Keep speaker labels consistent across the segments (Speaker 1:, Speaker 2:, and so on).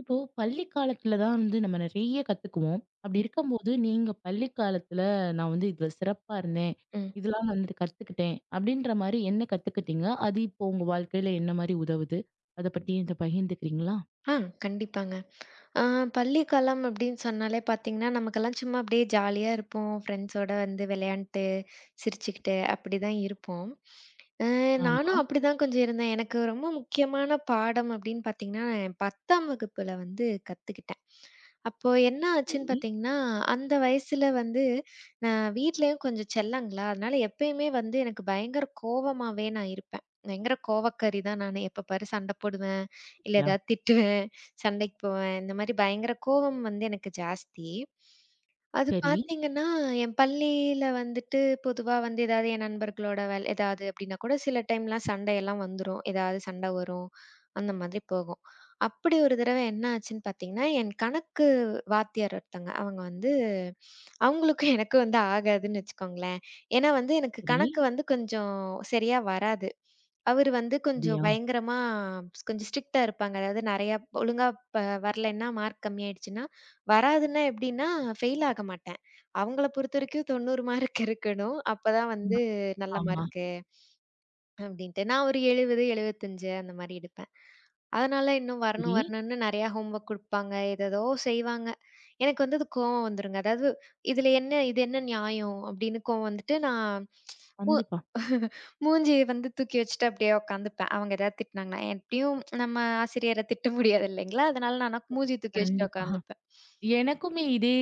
Speaker 1: இப்போ பள்ளி காலத்துல தான் வந்து நம்ம நிறைய கத்துக்குவோம். அப்படி இருக்கும்போது, நீங்க பள்ளி காலத்துல நான் வந்து இதுல சிறப்பா இருந்தேன்.
Speaker 2: ம்.
Speaker 1: இதெல்லாம் நான் வந்து கத்துக்கிட்டேன். அப்படின்ற மாரி என்ன கத்துக்கிட்டீங்க? அது இப்போ உங்க வாழ்க்கையில என்ன மாரி உதவுது? அத பத்தி என்ட்ட பகிர்ந்துக்கிறீங்களா?
Speaker 2: ஆ கண்டிப்பாங்க. ஆ பள்ளி காலம் அப்படின்னு சொன்னாலே பார்த்தீங்கன்னா, நமக்கெல்லாம் சும்மா அப்படியே ஜாலியா இருப்போம். ஃப்ரெண்ட்ஸோட வந்து விளையாண்ட்டு, சிரிச்சுக்கிட்டு அப்படிதான் இருப்போம். அ
Speaker 1: ஆமா.
Speaker 2: நானும் அப்படிதான் கொஞ்சம் இருந்தேன். எனக்கு ரொம்ப முக்கியமான பாடம் அப்படின்னு பார்த்தீங்கன்னா, நான் 10ஆம் வகுப்புல வந்து கத்துக்கிட்டேன். அப்போ என்ன ஆச்சுன்னு
Speaker 1: சரி.
Speaker 2: பார்த்தீங்கன்னா, அந்த வயசுல வந்து நான் வீட்லயும் கொஞ்சம் செல்லங்களா, அதனால எப்பயுமே வந்து எனக்கு பயங்கர கோவமாவே நான் இருப்பேன். பயங்கர கோவக்காரி தான் நானு. எப்ப பாரு சண்டை போடுவேன், இல்ல
Speaker 1: யா.
Speaker 2: ஏதாவது திட்டுவேன், சண்டைக்கு போவேன். இந்த மாதிரி பயங்கர கோவம் வந்து எனக்கு ஜாஸ்தி. அது
Speaker 1: சரி,
Speaker 2: பார்த்தீங்கன்னா, என் பள்ளியில வந்துட்டு பொதுவா வந்து ஏதாவது என் நண்பர்களோட வேல் ஏதாவது அப்படின்னா கூட சில டைம்லாம் சண்டையெல்லாம் வந்துரும். ஏதாவது சண்டை வரும். அந்த மாதிரி போகும். அப்படி ஒரு தடவை என்ன ஆச்சுன்னு பார்த்தீங்கன்னா, என் கணக்கு வாத்தியார் ஒருத்தங்க அவங்க வந்து அவங்களுக்கும் எனக்கும் வந்து ஆகாதுன்னு வச்சுக்கோங்களேன். ஏன்னா வந்து எனக்கு
Speaker 1: சரி.
Speaker 2: கணக்கு வந்து கொஞ்சம் சரியா வராது. அவரு வந்து கொஞ்சம்
Speaker 1: அப்படியா?
Speaker 2: பயங்கரமா கொஞ்சம் ஸ்ட்ரிக்ட்டா இருப்பாங்க. அதாவது நெறையா ஒழுங்கா ப வரலன்னா, மார்க் கம்மியாயிடுச்சுன்னா, வராதுன்னா எப்படின்னா, ஃபெயில் ஆக மாட்டேன். அவங்கள பொறுத்தவரைக்கும் 90 மார்க் இருக்கணும். அப்பதான் வந்து நல்ல
Speaker 1: ஆமா.
Speaker 2: மார்க்கு அப்படின்ட்டு. நான் ஒரு 70, 75 அந்த மாரி எடுப்பேன். அதனால இன்னும் வரணும்
Speaker 1: சரி.
Speaker 2: வரணும்னு நெறையா ஹோம் ஒர்க் குடுப்பாங்க. ஏதேதோ செய்வாங்க. எனக்கு வந்து அது கோவம் வந்துருங்க. அதாவது "இதுல என்ன இது என்ன நியாயம்?" அப்படின்னு கோவம் வந்துட்டு நான் மூ
Speaker 1: கண்டிப்பா.
Speaker 2: மூஞ்சிய வந்து தூக்கி வச்சுட்டு அப்படியே உட்காந்துப்பேன். அவங்க ஏதாவது திட்டுனாங்கன்னா, எப்படியும் நம்ம ஆசிரியர திட்ட முடியாது இல்லைங்களா? அதனால நான் ஆனா மூஞ்சிய தூக்கி வச்சுட்டு
Speaker 1: கண்டிப்பா.
Speaker 2: உட்காந்துப்பேன்.
Speaker 1: எனக்குமே இதே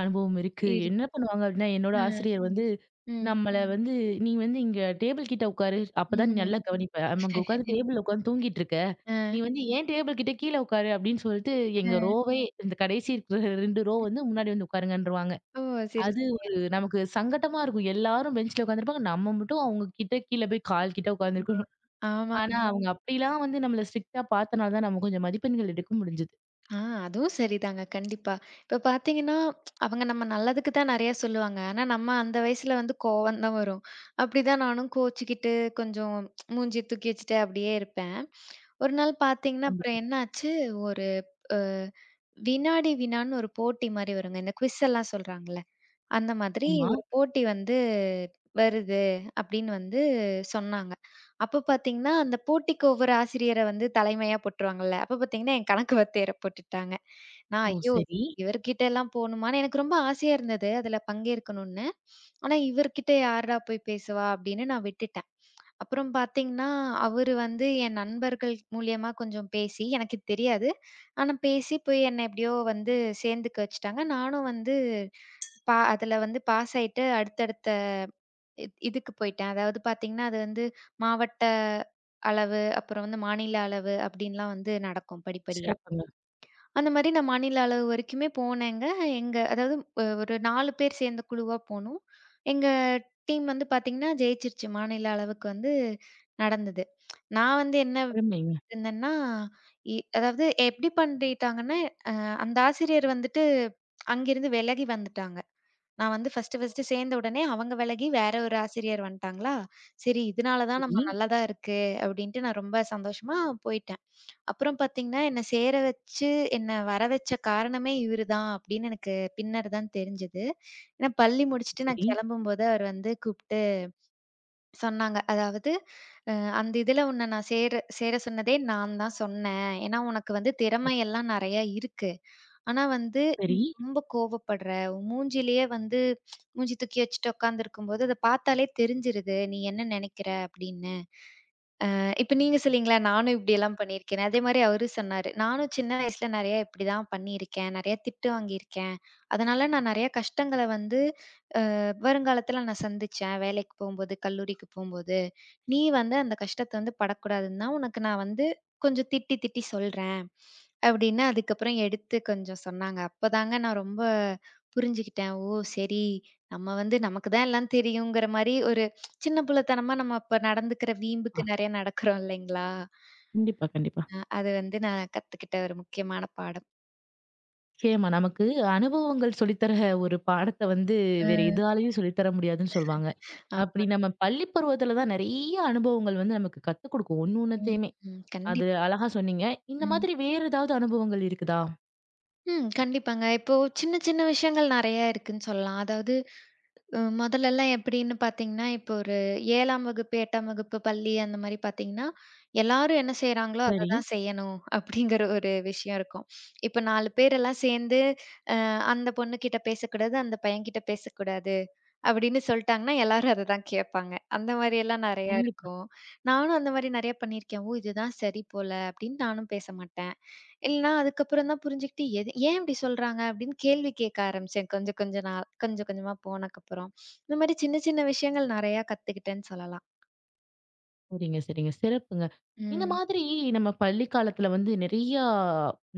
Speaker 1: அனுபவம் இருக்கு.
Speaker 2: இரு
Speaker 1: என்ன பண்ணுவாங்க அப்படின்னா, என்னோட
Speaker 2: அ,
Speaker 1: ஆசிரியர் வந்து
Speaker 2: ம்,
Speaker 1: நம்மள வந்து "நீ வந்து இங்க டேபிள் கிட்ட உட்காரு. அப்பதான் நீ
Speaker 2: ம்.
Speaker 1: நல்லா கவனிப்ப. நம்ம அங்க உட்காந்து டேபிள்ல உட்காந்து தூங்கிட்டு இருக்க.
Speaker 2: அ,
Speaker 1: நீ வந்து ஏன் டேபிள் கிட்ட கீழ உட்காரு" அப்படின்னு சொல்லிட்டு
Speaker 2: அ.
Speaker 1: எங்க ரோவே இந்த கடைசி இருக்கிற 2 ரோ வந்து முன்னாடி வந்து உட்காருங்கன்றுவாங்க.
Speaker 2: ஓ! சரி,
Speaker 1: அது
Speaker 2: சரிங்க.
Speaker 1: ஒரு நமக்கு சங்கட்டமா இருக்கும். எல்லாரும் பெஞ்ச்ல உட்காந்துருப்பாங்க. நம்ம மட்டும் அவங்க கிட்ட கீழ போய் கால் கிட்ட உட்காந்துருக்கணும்.
Speaker 2: ஆ. ஆமாங்க.
Speaker 1: ஆனா அவங்க அப்படிலாம் வந்து நம்மள ஸ்ட்ரிக்ட்டா பார்த்தனால தான் நம்ம கொஞ்சம் மதிப்பெண்கள் எடுக்க முடிஞ்சது.
Speaker 2: ஆ அதுவும் சரிதாங்க. கண்டிப்பா. இப்ப பார்த்தீங்கன்னா, அவங்க நம்ம நல்லதுக்கு தான் நெறைய சொல்லுவாங்க. ஆனா, நம்ம அந்த வயசுல வந்து கோவம் தான் வரும். அப்படிதான் நானும் கோச்சுக்கிட்டு கொஞ்சம் மூஞ்சிய தூக்கி வச்சுட்டு அப்படியே இருப்பேன். ஒரு நாள் பார்த்தீங்கன்னா, அப்புறம் என்னாச்சு, ஒரு அ வினாடி வினான்னு ஒரு போட்டி மாரி வருங்க. இந்த குவிஸ் எல்லாம் சொல்றாங்கல்ல. அந்த மாதிரி
Speaker 1: கண்டிப்பாமா.
Speaker 2: ஒரு போட்டி வந்து வருது அப்படின்னு வந்து சொன்னாங்க. அப்ப பார்த்தீங்கன்னா, அந்த போட்டிக்கு ஒவ்வொரு ஆசிரியர வந்து தலைமையா போட்டுருவாங்கல்ல. அப்ப பார்த்தீங்கன்னா, என் கணக்கு வாத்தியார போட்டுட்டாங்க. நான்
Speaker 1: ஓ,
Speaker 2: ஐயோ!
Speaker 1: சரி.
Speaker 2: இவர்கிட்ட எல்லாம் போணுமான்னு எனக்கு ரொம்ப ஆசையா இருந்தது. அதுல பங்கேற்கணும்னு. ஆனா இவர்கிட்ட யார்டா போய் பேசுவா அப்படின்னு நான் விட்டுட்டேன். அப்புறம் பார்த்தீங்கன்னா, அவரு வந்து என் நண்பர்கள் மூலியமா கொஞ்சம் பேசி எனக்கு தெரியாது. ஆனா பேசி போய் என்ன எப்படியோ வந்து சேர்ந்துக்க வச்சுட்டாங்க. நானும் வந்து அதுல வந்து பாஸ் ஆயிட்டு அடுத்தடுத்த இதுக்கு போயிட்டேன். அதாவது பார்த்தீங்கன்னா, அது வந்து மாவட்ட அளவு, அப்புறம் வந்து மாநில அளவு அப்டின்லாம் வந்து நடக்கும் படிப்படியா.
Speaker 1: சிறப்புங்க.
Speaker 2: அந்த மாரி நான் மாநில அளவு வரைக்குமே போனேங்க. எங்க அதாவது ஒரு 4 பேர் சேர்ந்த குழுவா போனோம். எங்க டீம் வந்து பார்த்தீங்கன்னா, ஜெயிச்சிருச்சு மாநில அளவுக்கு வந்து நடந்தது. நான் வந்து என்ன
Speaker 1: அருமைங்க.
Speaker 2: இருந்தேன்னா, இ அதாவது எப்டி பண்ணிட்டாங்கன்னா, அ அந்த ஆசிரியர் வந்துட்டு அங்கிருந்து விலகி வந்துட்டாங்க. நான் வந்து ஃபர்ஸ்ட்டு சேர்ந்த உடனே அவங்க விலகி வேற ஒரு ஆசிரியர் வந்துட்டாங்களா, சரி இதனால தான் ம்.
Speaker 1: சரி,
Speaker 2: நம்ம நல்லதா இருக்கு அப்படின்ட்டு நான் ரொம்ப சந்தோஷமா போயிட்டேன். அப்புறம் பார்த்தீங்கன்னா, என்ன சேர வச்சு, என்ன வர வச்ச காரணமே இவரு தான் அப்படின்னு எனக்கு பின்னர் தான் தெரிஞ்சது. ஏன்னா பள்ளி முடிச்சுட்டு நான்
Speaker 1: சரி.
Speaker 2: கிளம்பும்போது அவர் வந்து கூப்ட்டாரு. சொன்னாங்க. அதாவது, அ அந்த இதுல உன்ன நான் சேர சேர சொன்னதே நான் தான் சொன்னேன். ஏன்னா, உனக்கு வந்து
Speaker 1: ம்.
Speaker 2: திறமையெல்லாம் நெறைய இருக்கு. ஆனா வந்து, நீ
Speaker 1: சரி.
Speaker 2: ரொம்ப கோவப்படுற. உன் மூஞ்சிலயே வந்து மூஞ்சி தூக்கி வச்சுட்டு உட்காந்துருக்கும்போது, அத பார்த்தாலே தெரிஞ்சிருது. நீ என்ன நெனைக்கிற அப்படின்னு. இப்ப நீங்க சொன்னீங்களா, நானும் இப்படியெல்லாம் பண்ணியிருக்கேன்னு. அதே மாரி அவரு சொன்னாரு. நானும் சின்ன வயசுல நெறைய இப்படிதான் பண்ணியிருக்கேன். நெறைய திட்டு வாங்கியிருக்கேன். அதனால நான் நெறைய கஷ்டங்கள வந்து வருங்காலத்துல நான் சந்திச்சேன். வேலைக்கு போம்போது, கல்லூரிக்கு போம்போது, நீ வந்து அந்த கஷ்டத்த வந்து படக்கூடாதுன்னு தான் உனக்கு நான் வந்து கொஞ்சம் திட்டி, திட்டி சொல்றேன். அப்படின்னு அதுக்கப்புறம் எடுத்து கொஞ்சம் சொன்னாங்க. அப்பதாங்க நான் ரொம்ப புரிஞ்சுகிட்டேன். ஓ! சரி நம்ம வந்து நமக்கு தான் எல்லாம் தெரியுங்கிற மாரி ஒரு சின்ன பிள்ளைத்தனமா நம்ம அப்ப நடந்துக்கிற வீம்புக்கு
Speaker 1: அ
Speaker 2: நெறைய நடக்கிறோம் இல்லைங்களா?
Speaker 1: கண்டிப்பா, கண்டிப்பா.
Speaker 2: அது வந்து நான் கத்துக்கிட்ட ஒரு முக்கியமான பாடம்.
Speaker 1: நிச்சயமா. நமக்கு அனுபவங்கள் சொல்லித்தர ஒரு பாடத்த வந்து வேற
Speaker 2: ம்.
Speaker 1: எதாலயும் சொல்லித்தர முடியாதுன்னு சொல்வாங்க.
Speaker 2: ஆமா.
Speaker 1: அப்படி நம்ம பள்ளி பருவத்துல தான் நெறைய அனுபவங்கள் வந்து நமக்கு கத்துக் குடுக்கும். ஒண்ணு
Speaker 2: ம்,
Speaker 1: ஒண்ணுத்தையுமே.
Speaker 2: ம்.
Speaker 1: அது
Speaker 2: கண்டிப்பா.
Speaker 1: அழகா சொன்னீங்க. இந்த
Speaker 2: ம்.
Speaker 1: மாதிரி வேற ஏதாவது அனுபவங்கள் இருக்குதா?
Speaker 2: ம். கண்டிப்பாங்க. இப்போ சின்ன, சின்ன விஷயங்கள் நெறைய இருக்குன்னு சொல்லலாம். அதாவது மொதலெல்லாம் எப்படின்னு பார்த்தீங்கன்னா, இப்போ ஒரு 7ஆம் வகுப்பு, 8ஆம் வகுப்பு பள்ளி அந்த மாரி பார்த்தீங்கன்னா, எல்லாரும் என்ன செய்றாங்களோ அத
Speaker 1: சரி.
Speaker 2: தான் செய்யணும் அப்படிங்கிற ஒரு விஷயம் இருக்கும். இப்ப 4 பேரெல்லாம் சேர்ந்து அ அந்த பொண்ணு கிட்ட பேசக்கூடாது, அந்த பையன்கிட்ட பேசக்கூடாது அப்படின்னு சொல்ட்டாங்கன்னா, எல்லாரும் அத தான் கேட்பாங்க. அந்த மாரியெல்லாம் நெறையா
Speaker 1: கண்டிப்பா.
Speaker 2: இருக்கும். நானும் அந்த மாரி நெறைய பண்ணியிருக்கேன். ஓ! இதுதான் சரி போல அப்படின்னு நானும் பேச மாட்டேன். இல்லன்னா, அதுக்கப்புறம் தான் புரிஞ்சுகிட்டு, எது ஏன் இப்படி சொல்றாங்க? அப்படின்னு கேள்வி கேட்க ஆரம்பிச்சேன். கொஞ்சம் கொஞ்ச நாள் கொஞ்சம் கொஞ்சமா போனக்கப்புறம். இந்த மாரி சின்ன சின்ன விஷயங்கள் நெறையா கத்துக்கிட்டேன்னு சொல்லலாம்.
Speaker 1: சரிங்க, சரிங்க. சிறப்புங்க. இந்த
Speaker 2: ம்.
Speaker 1: மாதிரி நம்ம பள்ளி காலத்துல வந்து நெறையா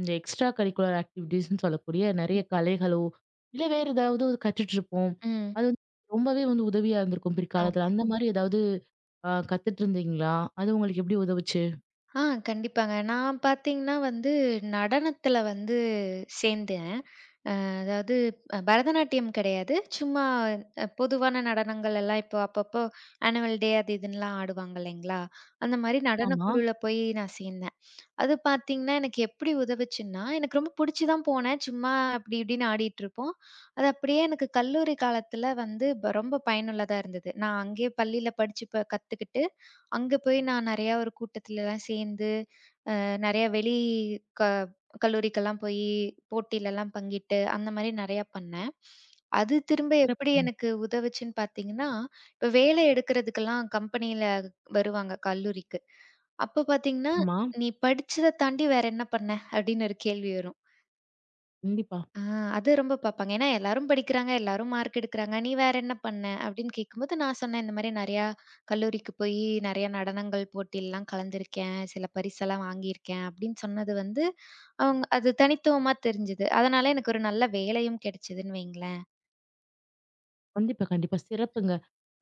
Speaker 1: இந்த எக்ஸ்ட்ரா கரிக்குலர் ஆக்டிவிட்டீஸ்ன்னு சொல்லக்கூடிய நெறைய கலைகளோ, இல்ல வேற ஏதாவது கத்துட்ருப்போம்.
Speaker 2: ம்.
Speaker 1: அது வந்து ரொம்பவே வந்து உதவியா இருந்திருக்கும்
Speaker 2: ஆமா.
Speaker 1: பிற்காலத்துல. அந்த மாரி ஏதாவது கத்துட்டு இருந்தீங்களா? அது உங்களுக்கு எப்படி உதவுச்சு?
Speaker 2: ஆ கண்டிப்பாங்க. நான் பார்த்தீங்கன்னா வந்து, நடனத்துல வந்து சேர்ந்தேன். அதாவது பரதநாட்டியம் கிடையாது. சும்மா பொதுவான நடனங்கள் எல்லாம் இப்போ அப்பப்போ ஆனுவல் டே அது இதுன்னுலாம் ஆடுவாங்க இல்லைங்களா? அந்த மாரி
Speaker 1: ஆமா.
Speaker 2: நடனக்குழுல போய் நான் சேர்ந்தேன். அது பார்த்தீங்கன்னா, எனக்கு எப்படி உதவுச்சுன்னா, எனக்கு ரொம்ப புடிச்சு தான் போனேன். சும்மா அப்படி இப்படின்னு ஆடிட்டுருப்போம். அது அப்படியே எனக்கு கல்லூரி காலத்துல வந்து ரொம்ப பயனுள்ளதா இருந்தது. நான் அங்கேயே பள்ளியில படிச்சு கத்துக்கிட்டு, அங்க போய் நான் நெறையா ஒரு கூட்டத்துலலாம் சேர்ந்து, நெறைய வெளி க கல்லூரிக்கெல்லாம் போயி, போட்டிலலாம் பங்கிட்டு, அந்த மாரி நெறையா பண்ணேன். அது திரும்ப
Speaker 1: சிறப்
Speaker 2: எப்படி எனக்கு உதவுச்சுன்னு பார்த்தீங்கன்னா, இப்ப வேலை எடுக்கிறதுக்கெல்லாம் கம்பெனியில வருவாங்க கல்லூரிக்கு. அப்ப பார்த்தீங்கன்னா,
Speaker 1: ஆமா.
Speaker 2: "நீ படிச்சத தாண்டி வேற என்ன பண்ண?" அப்படின்னு ஒரு கேள்வி வரும்.
Speaker 1: கண்டிப்பா.
Speaker 2: ஆ அது ரொம்ப பார்ப்பாங்க. ஏன்னா எல்லாரும் படிக்கிறாங்க, எல்லாரும் மார்க் எடுக்குறாங்க. "நீ வேற என்ன பண்ண?" அப்படின்னு கேட்கும்போது நான் சொன்னேன், "இந்த மாரி நெறையா கல்லூரிக்கு போயி நெறையா நடனங்கள் போட்டில்லாம் கலந்திருக்கேன். சில பரிசெல்லாம் வாங்கியிருக்கேன்." அப்படின்னு சொன்னது வந்து, அவங்க அது தனித்துவமா தெரிஞ்சது. அதனால எனக்கு ஒரு நல்ல வேலையும் கிடைச்சதுன்னு வைங்களேன்.
Speaker 1: கண்டிப்பா, கண்டிப்பா. சிறப்புங்க.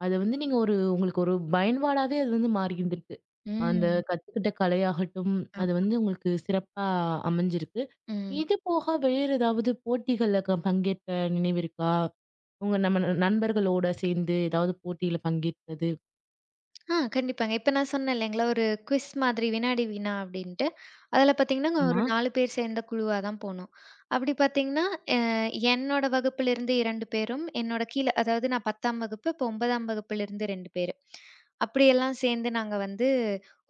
Speaker 1: அத வந்து நீங்க ஒரு உங்களுக்கு ஒரு பயன்பாடாவே அது வந்து மாறி இருந்திருக்கு. அந்த
Speaker 2: ம்.
Speaker 1: கத்துக்கிட்ட கலையாகட்டும்,
Speaker 2: ஆம்.
Speaker 1: அது வந்து உங்களுக்கு சிறப்பா அமைஞ்சிருக்கு.
Speaker 2: ம்.
Speaker 1: இது போக வேறு ஏதாவது போட்டிகள்ல பங்கேற்ற நினைவு இருக்கா? உங்க நம்ம நண்பர்களோட சேர்ந்து ஏதாவது போட்டியில பங்கேற்றது?
Speaker 2: கண்டிப்பாங்க. இப்ப நான் சொன்னேன் இல்லைங்களா, ஒரு குவிஸ் மாதிரி வினாடி வினா அப்படின்ட்டு. அதுல பார்த்தீங்கன்னா, ஆமா.
Speaker 1: ஆமா.
Speaker 2: ஒரு 4 பேர் சேர்ந்த குழுவா தான் போனோம். அப்படி பார்த்தீங்கன்னா, அ என்னோட வகுப்பிலிருந்து 2 பேரும், என்னோட கீழ அதாவது நான் 10ஆம் வகுப்பு, இப்போ 9ஆம் வகுப்பிலிருந்து 2 பேரு. அப்படியெல்லாம் சேர்ந்து நாங்க வந்து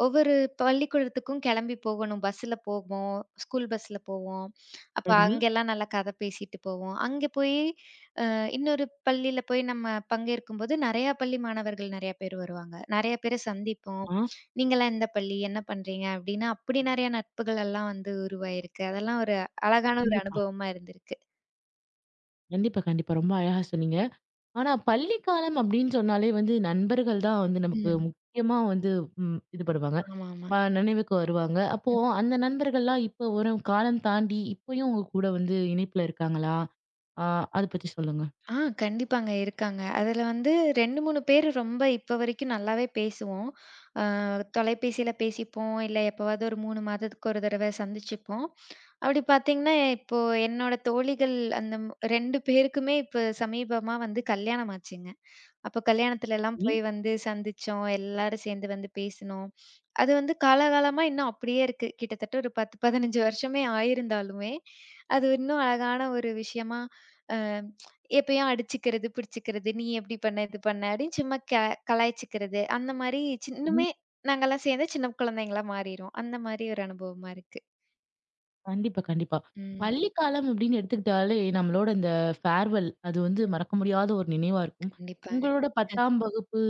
Speaker 2: ஒவ்வொரு பள்ளிக்கூடத்துக்கும் கிளம்பி போகணும். பஸ்ஸுல போவோம், ஸ்கூல் பஸ்ஸுல போவோம். அப்ப
Speaker 1: சரி.
Speaker 2: அங்கெல்லாம் நல்லா கதை பேசிட்டு போவோம். அங்க போய் இன்னொரு பள்ளியில போய் நம்ம பங்கேற்கும்போது, நெறையா பள்ளி மாணவர்கள் நெறைய பேர் வருவாங்க. நெறைய பேர சந்திப்போம்.
Speaker 1: ஆ.
Speaker 2: "நீங்கலாம் எந்த பள்ளி? என்ன பண்றீங்க?" அப்படின்னு அப்படி நெறைய நட்புகள் எல்லாம் வந்து உருவாயிருக்கு. அதெல்லாம் ஒரு அழகான ஒரு
Speaker 1: கண்டிப்பா,
Speaker 2: அனுபவமா இருந்திருக்கு.
Speaker 1: கண்டிப்பா, கண்டிப்பா. ரொம்ப அழகா சொன்னீங்க. ஆனா பள்ளி காலம் அப்டின்னு சொன்னாலே வந்து நண்பர்கள் தான் வந்து நமக்கு
Speaker 2: ம்.
Speaker 1: முக்கியமா வந்து ம், இது பண்ணுவாங்க.
Speaker 2: ஆமாமா.
Speaker 1: நினைவுக்கு வருவாங்க. அப்போ
Speaker 2: ம்.
Speaker 1: அந்த நண்பர்கள்லாம் இப்ப ஒரு காலம் தாண்டி இப்பயும் உங்க கூட வந்து இணைப்புல இருக்காங்களா? ஆ அத பத்தி சொல்லுங்க.
Speaker 2: ஆ கண்டிப்பாங்க இருக்காங்க. அதுல வந்து 2, 3 பேரு ரொம்ப இப்ப வரைக்கும் நல்லாவே பேசுவோம். அ தொலைபேசியில பேசிப்போம், இல்ல எப்பவாவது ஒரு 3 மாதத்துக்கு ஒரு தடவ சந்திச்சுப்போம். அப்படி பார்த்தீங்கன்னா, இப்போ என்னோட தோழிகள் அந்த 2 பேருக்குமே இப்ப சமீபமா வந்து கல்யாணம் ஆச்சுங்க. அப்போ கல்யாணத்துலலாம்
Speaker 1: இ
Speaker 2: போய் வந்து சந்திச்சோம். எல்லாரும் சேர்ந்து வந்து பேசினோம். அது வந்து காலாகாலமா இன்னும் அப்படியே இருக்கு. கிட்டத்தட்ட ஒரு 10, 15 வருஷமே ஆயிருந்தாலுமே, அது இன்னும் அழகான ஒரு விஷயமா அ எப்பயும் அடிச்சுக்கிறது, பிடிச்சுக்கிறது, "நீ எப்படி பண்ண? இது பண்ண?" அப்படின்னு சும்மா கலாய்ச்சிக்கிறது. அந்த மாரி
Speaker 1: ம்.
Speaker 2: இன்னுமே நாங்கலாம் சேர்ந்து சின்ன குழந்தைங்களா மாறிருவோம். அந்த மாரி ஒரு அனுபவமா இருக்கு.
Speaker 1: கண்டிப்பா, கண்டிப்பா.
Speaker 2: ம்.
Speaker 1: பள்ளி காலம் அப்டின்னு எடுத்துக்கிட்டாலே நம்மளோட இந்த ஃபேர்வெல் அது வந்து மறக்க முடியாத ஒரு நினைவா இருக்கும்.
Speaker 2: கண்டிப்பா.
Speaker 1: உங்களோட 10ஆம் வகுப்பு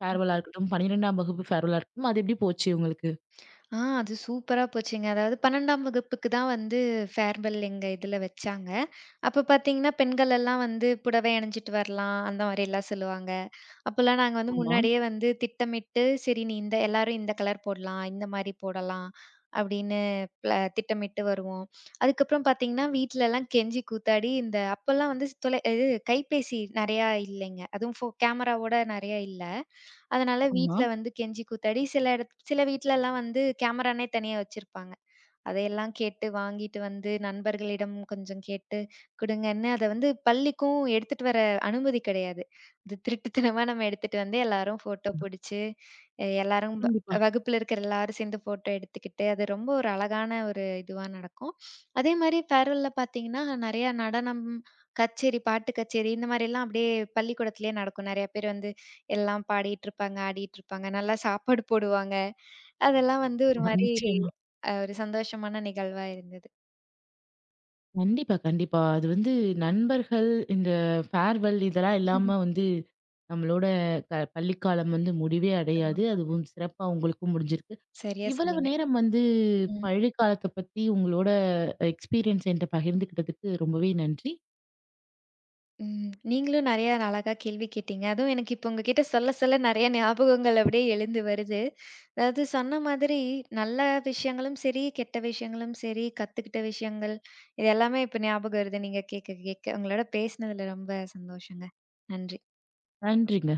Speaker 1: ஃபேர்வெல்லா இருக்கட்டும், 12ஆம் வகுப்பு ஃபேர்வெல்லா இருக்கட்டும். அது எப்டி போச்சு உங்களுக்கு?
Speaker 2: அது சூப்பரா போச்சுங்க. அதாவது 12ஆம் வகுப்புக்கு தான் வந்து ஃபேர்வெல் எங்க இதுல வச்சாங்க. அப்ப பார்த்தீங்கன்னா, பெண்கள் எல்லாம் வந்து புடவை அணிஞ்சிட்டு வரலாம், அந்த மாரிலாம் சொல்லுவாங்க. அப்பலாம் நாங்க வந்து
Speaker 1: ஆமா,
Speaker 2: முன்னாடியே வந்து திட்டமிட்டு, சரி நீ இந்த எல்லாரும் இந்த கலர் போடலாம், இந்த மாரி போடலாம் அப்படின்னு திட்டமிட்டு வருவோம். அதுக்கப்புறம் பார்த்தீங்கன்னா, வீட்லலாம் கெஞ்சி கூத்தாடி இந்த அப்பலாம் வந்து இது கைபேசி நெறையா இல்லைங்க. அதுவும் கேமராவோட நெறையா இல்ல. அதனால
Speaker 1: ஆமா.
Speaker 2: வீட்ல வந்து கெஞ்சி கூத்தாடி சில சில வீட்லலாம் வந்து கேமரானே தனியா வச்சிருப்பாங்க. அதையெல்லாம் கேட்டு வாங்கிட்டு வந்து நண்பர்களிடம் கொஞ்சம் கேட்டு குடுங்கன்னு, அத வந்து பள்ளிக்கும் எடுத்துட்டு வர அனுமதி கிடையாது. அது திருட்டுத்தனமா நம்ம எடுத்துட்டு வந்து எல்லாரும் ஃபோட்டோ புடிச்சு, எல்லாரும்
Speaker 1: கண்டிப்பா.
Speaker 2: வகுப்புல இருக்கிற எல்லாரும் சேர்ந்து ஃபோட்டோ எடுத்துக்கிட்டு, அது ரொம்ப ஒரு அழகான ஒரு இதுவா நடக்கும். அதே மாரி ஃபேர்வெல்ல பார்த்தீங்கன்னா, நெறைய நடனம், கச்சேரி, பாட்டு கச்சேரி இந்த மாரிலாம் அப்படியே பள்ளிக்கூடத்திலேயே நடக்கும். நெறைய பேர் வந்து எல்லாம் பாடிட்டு இருப்பாங்க, ஆடிட்டு இருப்பாங்க. நல்லா சாப்பாடு போடுவாங்க. அதெல்லாம் வந்து ஒரு
Speaker 1: ஆமா,
Speaker 2: மாரி
Speaker 1: நிச்சயமா.
Speaker 2: ஒரு சந்தோஷமான நிகழ்வா இருந்தது.
Speaker 1: கண்டிப்பா, கண்டிப்பா. அது வந்து நண்பர்கள், இந்த ஃபேர்வெல் இதெல்லாம் இல்லாம வந்து நம்மளோட பள்ளிக்காலம் வந்து முடிவே
Speaker 2: ஆமா.
Speaker 1: அடையாது. அதுவும் சிறப்பா உங்களுக்கும் முடிஞ்சிருக்கு.
Speaker 2: சரியா
Speaker 1: இவ்வளவு
Speaker 2: சொன்னீங்க.
Speaker 1: நேரம் வந்து
Speaker 2: ம்.
Speaker 1: பள்ளி காலத்த பத்தி உங்களோட எக்ஸ்பீரியன்ஸ் என்ட்ட பகிர்ந்துக்கிட்டதுக்கு ரொம்பவே நன்றி.
Speaker 2: ம். நீங்களும் நெறைய அழகா கேள்வி கேட்டீங்க. அதுவும் எனக்கு இப்போ உங்ககிட்ட சொல்ல சொல்ல நெறைய ஞாபகங்கள் அப்படியே எழுந்து வருது. அதாவது சொன்ன மாதிரி நல்ல விஷயங்களும் சரி, கெட்ட விஷயங்களும் சரி, கத்துக்கிட்ட விஷயங்கள் இது எல்லாமே இப்ப ஞாபகம் வருது நீங்க கேட்க கேட்க. உங்களோட பேசினதுல ரொம்ப சந்தோஷங்க. நன்றி.
Speaker 1: நன்றிங்க.